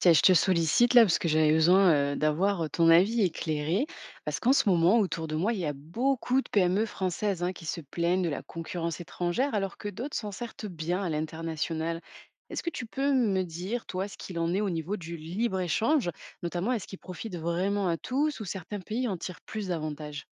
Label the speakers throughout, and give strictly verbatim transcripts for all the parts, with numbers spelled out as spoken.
Speaker 1: Tiens, je te sollicite là parce que j'avais besoin euh, d'avoir euh, ton avis éclairé. Parce qu'en ce moment, autour de moi, il y a beaucoup de P M E françaises, hein, qui se plaignent de la concurrence étrangère alors que d'autres s'en sortent bien à l'international. Est-ce que tu peux me dire, toi, ce qu'il en est au niveau du libre-échange? Notamment, est-ce qu'il profite vraiment à tous ou certains pays en tirent plus d'avantages?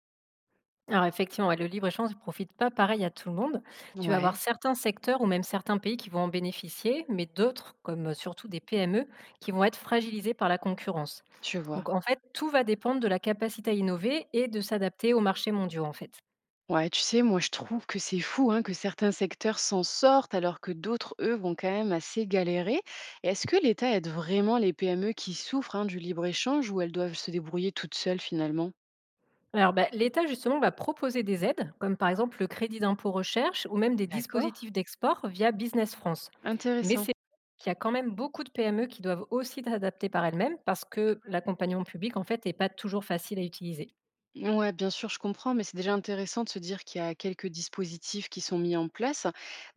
Speaker 2: Alors effectivement, ouais, le libre-échange ne profite pas pareil à tout le monde. Tu vas avoir
Speaker 1: Ouais,
Speaker 2: certains secteurs ou même certains pays qui vont en bénéficier, mais d'autres, comme euh, surtout des P M E, qui vont être fragilisés par la concurrence.
Speaker 1: tu vois.
Speaker 2: Donc en fait, tout va dépendre de la capacité à innover et de s'adapter aux marchés mondiaux en fait.
Speaker 1: Ouais, tu sais, moi je trouve que c'est fou, hein, que certains secteurs s'en sortent alors que d'autres, eux, vont quand même assez galérer. Et est-ce que l'État aide vraiment les P M E qui souffrent, hein, du libre-échange, ou elles doivent se débrouiller toutes seules finalement?
Speaker 2: Alors, bah, l'État, justement, va proposer des aides, comme par exemple le crédit d'impôt recherche ou même des
Speaker 1: D'accord.
Speaker 2: dispositifs d'export via Business France. Mais
Speaker 1: Intéressant.
Speaker 2: c'est qu'il y a quand même beaucoup de P M E qui doivent aussi s'adapter par elles-mêmes parce que l'accompagnement public, en fait, n'est pas toujours facile à utiliser.
Speaker 1: Ouais, bien sûr, je comprends, mais c'est déjà intéressant de se dire qu'il y a quelques dispositifs qui sont mis en place.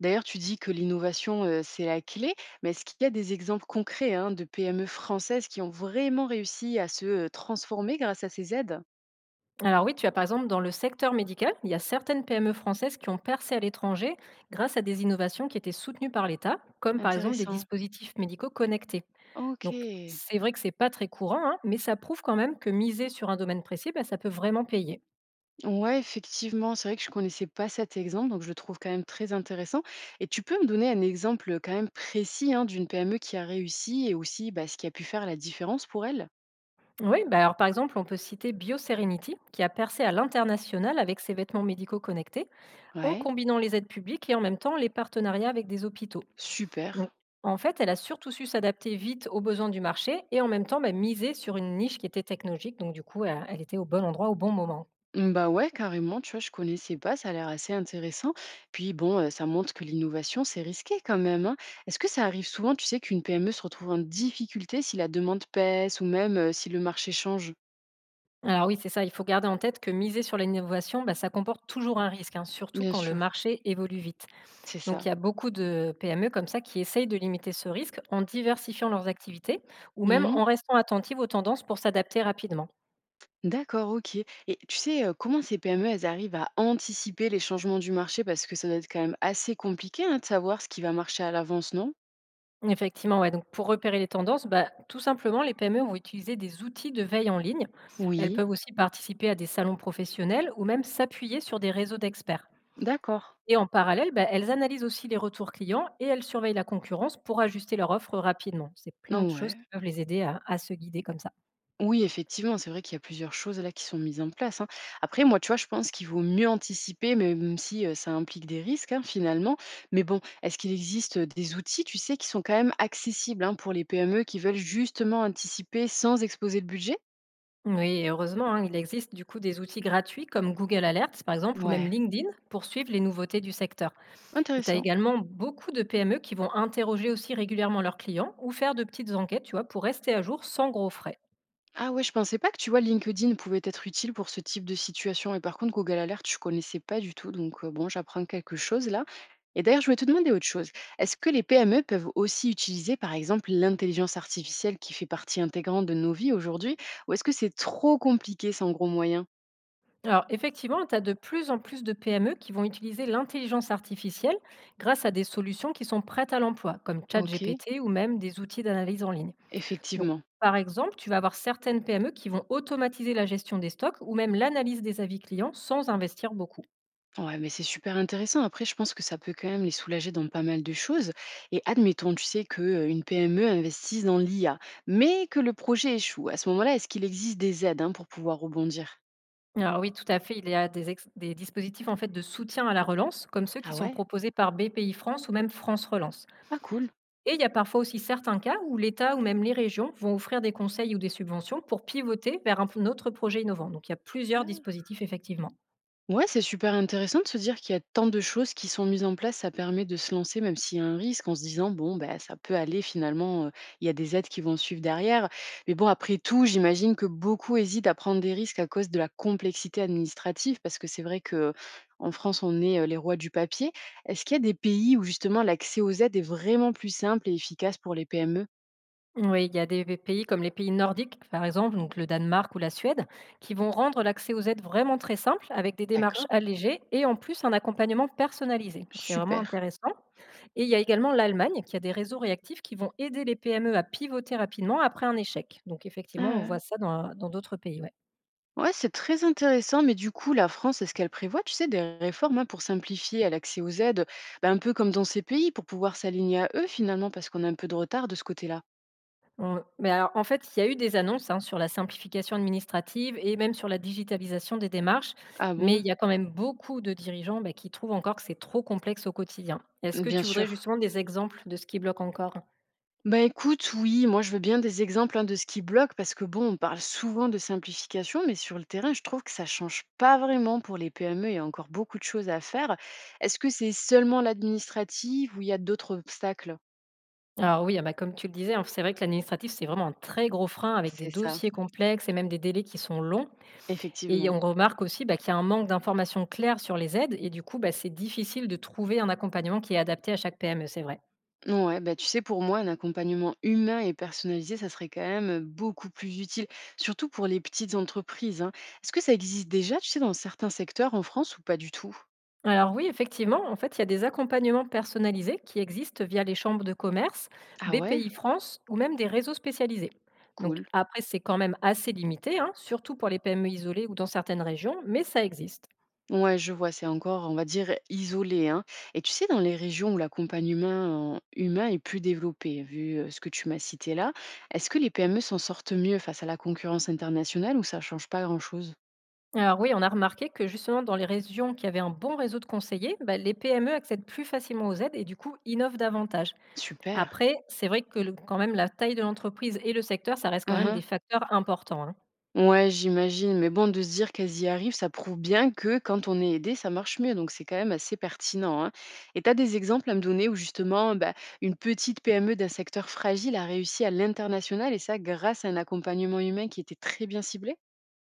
Speaker 1: D'ailleurs, tu dis que l'innovation, euh, c'est la clé, mais est-ce qu'il y a des exemples concrets, hein, de P M E françaises qui ont vraiment réussi à se euh, transformer grâce à ces aides?
Speaker 2: Alors oui, tu as par exemple dans le secteur médical, il y a certaines P M E françaises qui ont percé à l'étranger grâce à des innovations qui étaient soutenues par l'État, comme par exemple des
Speaker 1: Intéressant.
Speaker 2: dispositifs médicaux connectés. Donc
Speaker 1: OK.
Speaker 2: c'est vrai que c'est pas très courant, hein, mais ça prouve quand même que miser sur un domaine précis, bah, ça peut vraiment payer.
Speaker 1: Ouais, effectivement, c'est vrai que je connaissais pas cet exemple, donc je le trouve quand même très intéressant. Et tu peux me donner un exemple quand même précis, hein, d'une P M E qui a réussi et aussi bah, ce qui a pu faire la différence pour elle?
Speaker 2: Oui, bah alors par exemple, on peut citer BioSerenity, qui a percé à l'international avec ses vêtements médicaux connectés, en
Speaker 1: Ouais,
Speaker 2: combinant les aides publiques et en même temps les partenariats avec des hôpitaux.
Speaker 1: super.
Speaker 2: Donc en fait, elle a surtout su s'adapter vite aux besoins du marché et en même temps bah, miser sur une niche qui était technologique, donc du coup, elle elle était au bon endroit au bon moment.
Speaker 1: Mm, bah ouais, carrément, tu vois, je connaissais pas, ça a l'air assez intéressant. Puis bon, euh, ça montre que l'innovation, c'est risqué quand même, hein. Est-ce que ça arrive souvent, tu sais, qu'une P M E se retrouve en difficulté si la demande pèse ou même euh, si le marché change?
Speaker 2: Alors oui, c'est ça. Il faut garder en tête que miser sur l'innovation, bah, ça comporte toujours un risque, hein, surtout
Speaker 1: Bien
Speaker 2: quand le
Speaker 1: sûr,
Speaker 2: marché évolue vite.
Speaker 1: c'est
Speaker 2: Donc
Speaker 1: ça.
Speaker 2: il y a beaucoup de P M E comme ça qui essayent de limiter ce risque en diversifiant leurs activités ou même
Speaker 1: Mmh.
Speaker 2: en restant attentives aux tendances pour s'adapter rapidement.
Speaker 1: D'accord, OK. Et tu sais, heu, comment ces P M E, elles arrivent à anticiper les changements du marché? Parce que ça doit être quand même assez compliqué, hein, de savoir ce qui va marcher à l'avance, non?
Speaker 2: Effectivement, ouais. Donc pour repérer les tendances, bah, tout simplement, les P M E vont utiliser des outils de veille en ligne. Elles
Speaker 1: Oui,
Speaker 2: peuvent aussi participer à des salons professionnels ou même s'appuyer sur des réseaux d'experts.
Speaker 1: d'accord.
Speaker 2: Et en parallèle, bah, elles analysent aussi les retours clients et elles surveillent la concurrence pour ajuster leur offre rapidement. C'est plein de choses
Speaker 1: Ouais.
Speaker 2: qui peuvent les aider à, à se guider comme ça.
Speaker 1: Oui, effectivement, c'est vrai qu'il y a plusieurs choses là qui sont mises en place, hein. Après, moi, tu vois, je pense qu'il vaut mieux anticiper, même si, heu, ça implique des risques, hein, finalement. Mais bon, est-ce qu'il existe, heu, des outils, tu sais, qui sont quand même accessibles, hein, pour les P M E qui veulent justement anticiper sans exposer le budget?
Speaker 2: Oui, et heureusement, hein, il existe du coup des outils gratuits comme Google Alerts, par exemple, ou même
Speaker 1: Ouais.
Speaker 2: LinkedIn pour suivre les nouveautés du secteur. Et tu as
Speaker 1: Intéressant.
Speaker 2: également beaucoup de P M E qui vont interroger aussi régulièrement leurs clients ou faire de petites enquêtes, tu vois, pour rester à jour sans gros frais.
Speaker 1: Ah ouais, je pensais pas que, tu vois, LinkedIn pouvait être utile pour ce type de situation. Et par contre, Google Alert, je connaissais pas du tout. Donc euh, bon, j'apprends quelque chose là. Et d'ailleurs, je voulais te demander autre chose. Est-ce que les P M E peuvent aussi utiliser, par exemple, l'intelligence artificielle qui fait partie intégrante de nos vies aujourd'hui? Ou est-ce que c'est trop compliqué sans gros moyens?
Speaker 2: Alors effectivement, tu as de plus en plus de P M E qui vont utiliser l'intelligence artificielle grâce à des solutions qui sont prêtes à l'emploi, comme
Speaker 1: OK,
Speaker 2: ChatGPT ou même des outils d'analyse en ligne. Donc,
Speaker 1: effectivement.
Speaker 2: par exemple, tu vas avoir certaines P M E qui vont automatiser la gestion des stocks ou même l'analyse des avis clients sans investir beaucoup.
Speaker 1: Ouais, mais c'est super intéressant. Après, je pense que ça peut quand même les soulager dans pas mal de choses. Et admettons, tu sais, qu'une P M E investisse dans l'I A, mais que le projet échoue. À ce moment-là, est-ce qu'il existe des aides, hein, pour pouvoir rebondir?
Speaker 2: Alors oui, tout à fait, il y a des, ex- des dispositifs en fait de soutien à la relance, comme ceux qui
Speaker 1: Ah
Speaker 2: sont
Speaker 1: ouais.
Speaker 2: proposés par B P I France ou même France Relance.
Speaker 1: Ah cool.
Speaker 2: Et il y a parfois aussi certains cas où l'État ou même les régions vont offrir des conseils ou des subventions pour pivoter vers un un autre projet innovant. Donc il y a plusieurs
Speaker 1: Ah,
Speaker 2: dispositifs effectivement.
Speaker 1: ouais, c'est super intéressant de se dire qu'il y a tant de choses qui sont mises en place. Ça permet de se lancer, même s'il y a un risque, en se disant, bon, ben, ça peut aller finalement, euh, il y a des aides qui vont suivre derrière. Mais bon, après tout, j'imagine que beaucoup hésitent à prendre des risques à cause de la complexité administrative, parce que c'est vrai que en France, on est euh, les rois du papier. Est-ce qu'il y a des pays où justement l'accès aux aides est vraiment plus simple et efficace pour les P M E?
Speaker 2: Oui, il y a des pays comme les pays nordiques, par exemple, donc le Danemark ou la Suède, qui vont rendre l'accès aux aides vraiment très simple avec des démarches
Speaker 1: D'accord,
Speaker 2: allégées et en plus un accompagnement personnalisé. Donc c'est vraiment
Speaker 1: super.
Speaker 2: intéressant. Et il y a également l'Allemagne qui a des réseaux réactifs qui vont aider les P M E à pivoter rapidement après un échec. Donc effectivement, on voit
Speaker 1: Ah,
Speaker 2: ça dans dans d'autres pays, ouais.
Speaker 1: ouais, c'est très intéressant, mais du coup, la France, est-ce qu'elle prévoit, tu sais, des réformes, hein, pour simplifier à l'accès aux aides, ben, un peu comme dans ces pays, pour pouvoir s'aligner à eux finalement, parce qu'on a un peu de retard de ce côté-là.
Speaker 2: On mais alors, en fait, il y a eu des annonces, hein, sur la simplification administrative et même sur la digitalisation des démarches,
Speaker 1: Ah
Speaker 2: mais il
Speaker 1: bon?
Speaker 2: y a quand même beaucoup de dirigeants, bah, qui trouvent encore que c'est trop complexe au quotidien. Est-ce que
Speaker 1: Bien
Speaker 2: tu voudrais
Speaker 1: sûr.
Speaker 2: justement des exemples de ce qui bloque encore?
Speaker 1: Bah écoute, oui, moi je veux bien des exemples, hein, de ce qui bloque, parce que bon, on parle souvent de simplification, mais sur le terrain, je trouve que ça change pas vraiment pour les P M E, il y a encore beaucoup de choses à faire. Est-ce que c'est seulement l'administratif ou il y a d'autres obstacles?
Speaker 2: Alors oui, ah bah, comme tu le disais, hein, c'est vrai que l'administratif, c'est vraiment un très gros frein avec des
Speaker 1: C'est ça,
Speaker 2: dossiers complexes et même des délais qui sont longs, et
Speaker 1: effectivement.
Speaker 2: on remarque aussi, bah, qu'il y a un manque d'informations claires sur les aides et du coup, bah, c'est difficile de trouver un accompagnement qui est adapté à chaque P M E, c'est vrai.
Speaker 1: Ouais, bah, tu sais, pour moi, un accompagnement humain et personnalisé, ça serait quand même euh, beaucoup plus utile, surtout pour les petites entreprises, hein. Est-ce que ça existe déjà, tu sais, dans certains secteurs en France ou pas du tout?
Speaker 2: Alors oui, effectivement, en fait, il y a des accompagnements personnalisés qui existent via les chambres de commerce,
Speaker 1: Ah ouais,
Speaker 2: B P I France ou même des réseaux spécialisés. Donc
Speaker 1: cool.
Speaker 2: après, c'est quand même assez limité, hein, surtout pour les P M E isolées ou dans certaines régions, mais ça existe.
Speaker 1: Ouais, je vois, c'est encore, on va dire, isolé, hein. Et tu sais, dans les régions où l'accompagnement euh, humain est plus développé, vu euh, ce que tu m'as cité là, est-ce que les P M E s'en sortent mieux face à la concurrence internationale ou ça change pas grand-chose?
Speaker 2: Alors oui, on a remarqué que justement dans les régions qui avaient un bon réseau de conseillers, bah, les P M E accèdent plus facilement aux aides et du coup innovent davantage.
Speaker 1: Super.
Speaker 2: Après, c'est vrai que le quand même la taille de l'entreprise et le secteur, ça reste quand même des facteurs importants, hein.
Speaker 1: Ouais, j'imagine, mais bon, de se dire qu'elles y arrivent, ça prouve bien que quand on est aidé, ça marche mieux. Donc, c'est quand même assez pertinent, hein. Et tu as des exemples à me donner où justement, bah, une petite P M E d'un secteur fragile a réussi à l'international et ça grâce à un accompagnement humain qui était très bien ciblé?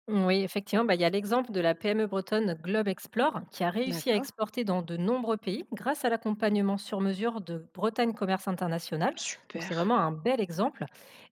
Speaker 2: Oui, effectivement, bah, il y a l'exemple de la P M E bretonne Globe Explore qui a réussi à
Speaker 1: D'accord,
Speaker 2: exporter dans de nombreux pays grâce à l'accompagnement sur mesure de Bretagne Commerce International. Donc
Speaker 1: super.
Speaker 2: c'est vraiment un bel exemple.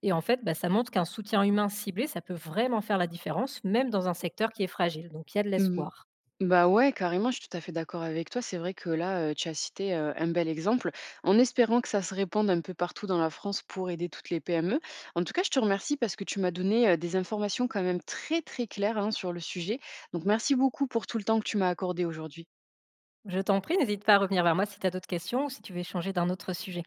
Speaker 2: Et en fait, bah, ça montre qu'un soutien humain ciblé, ça peut vraiment faire la différence, même dans un secteur qui est fragile. Donc il y a de l'espoir.
Speaker 1: Bah ouais, carrément, je suis tout à fait d'accord avec toi. C'est vrai que là, heu, tu as cité, heu, un bel exemple, en espérant que ça se répande un peu partout dans la France pour aider toutes les P M E. En tout cas, je te remercie parce que tu m'as donné, heu, des informations quand même très, très claires, hein, sur le sujet. Donc merci beaucoup pour tout le temps que tu m'as accordé aujourd'hui.
Speaker 2: Je t'en prie, n'hésite pas à revenir vers moi si tu as d'autres questions ou si tu veux échanger d'un autre sujet.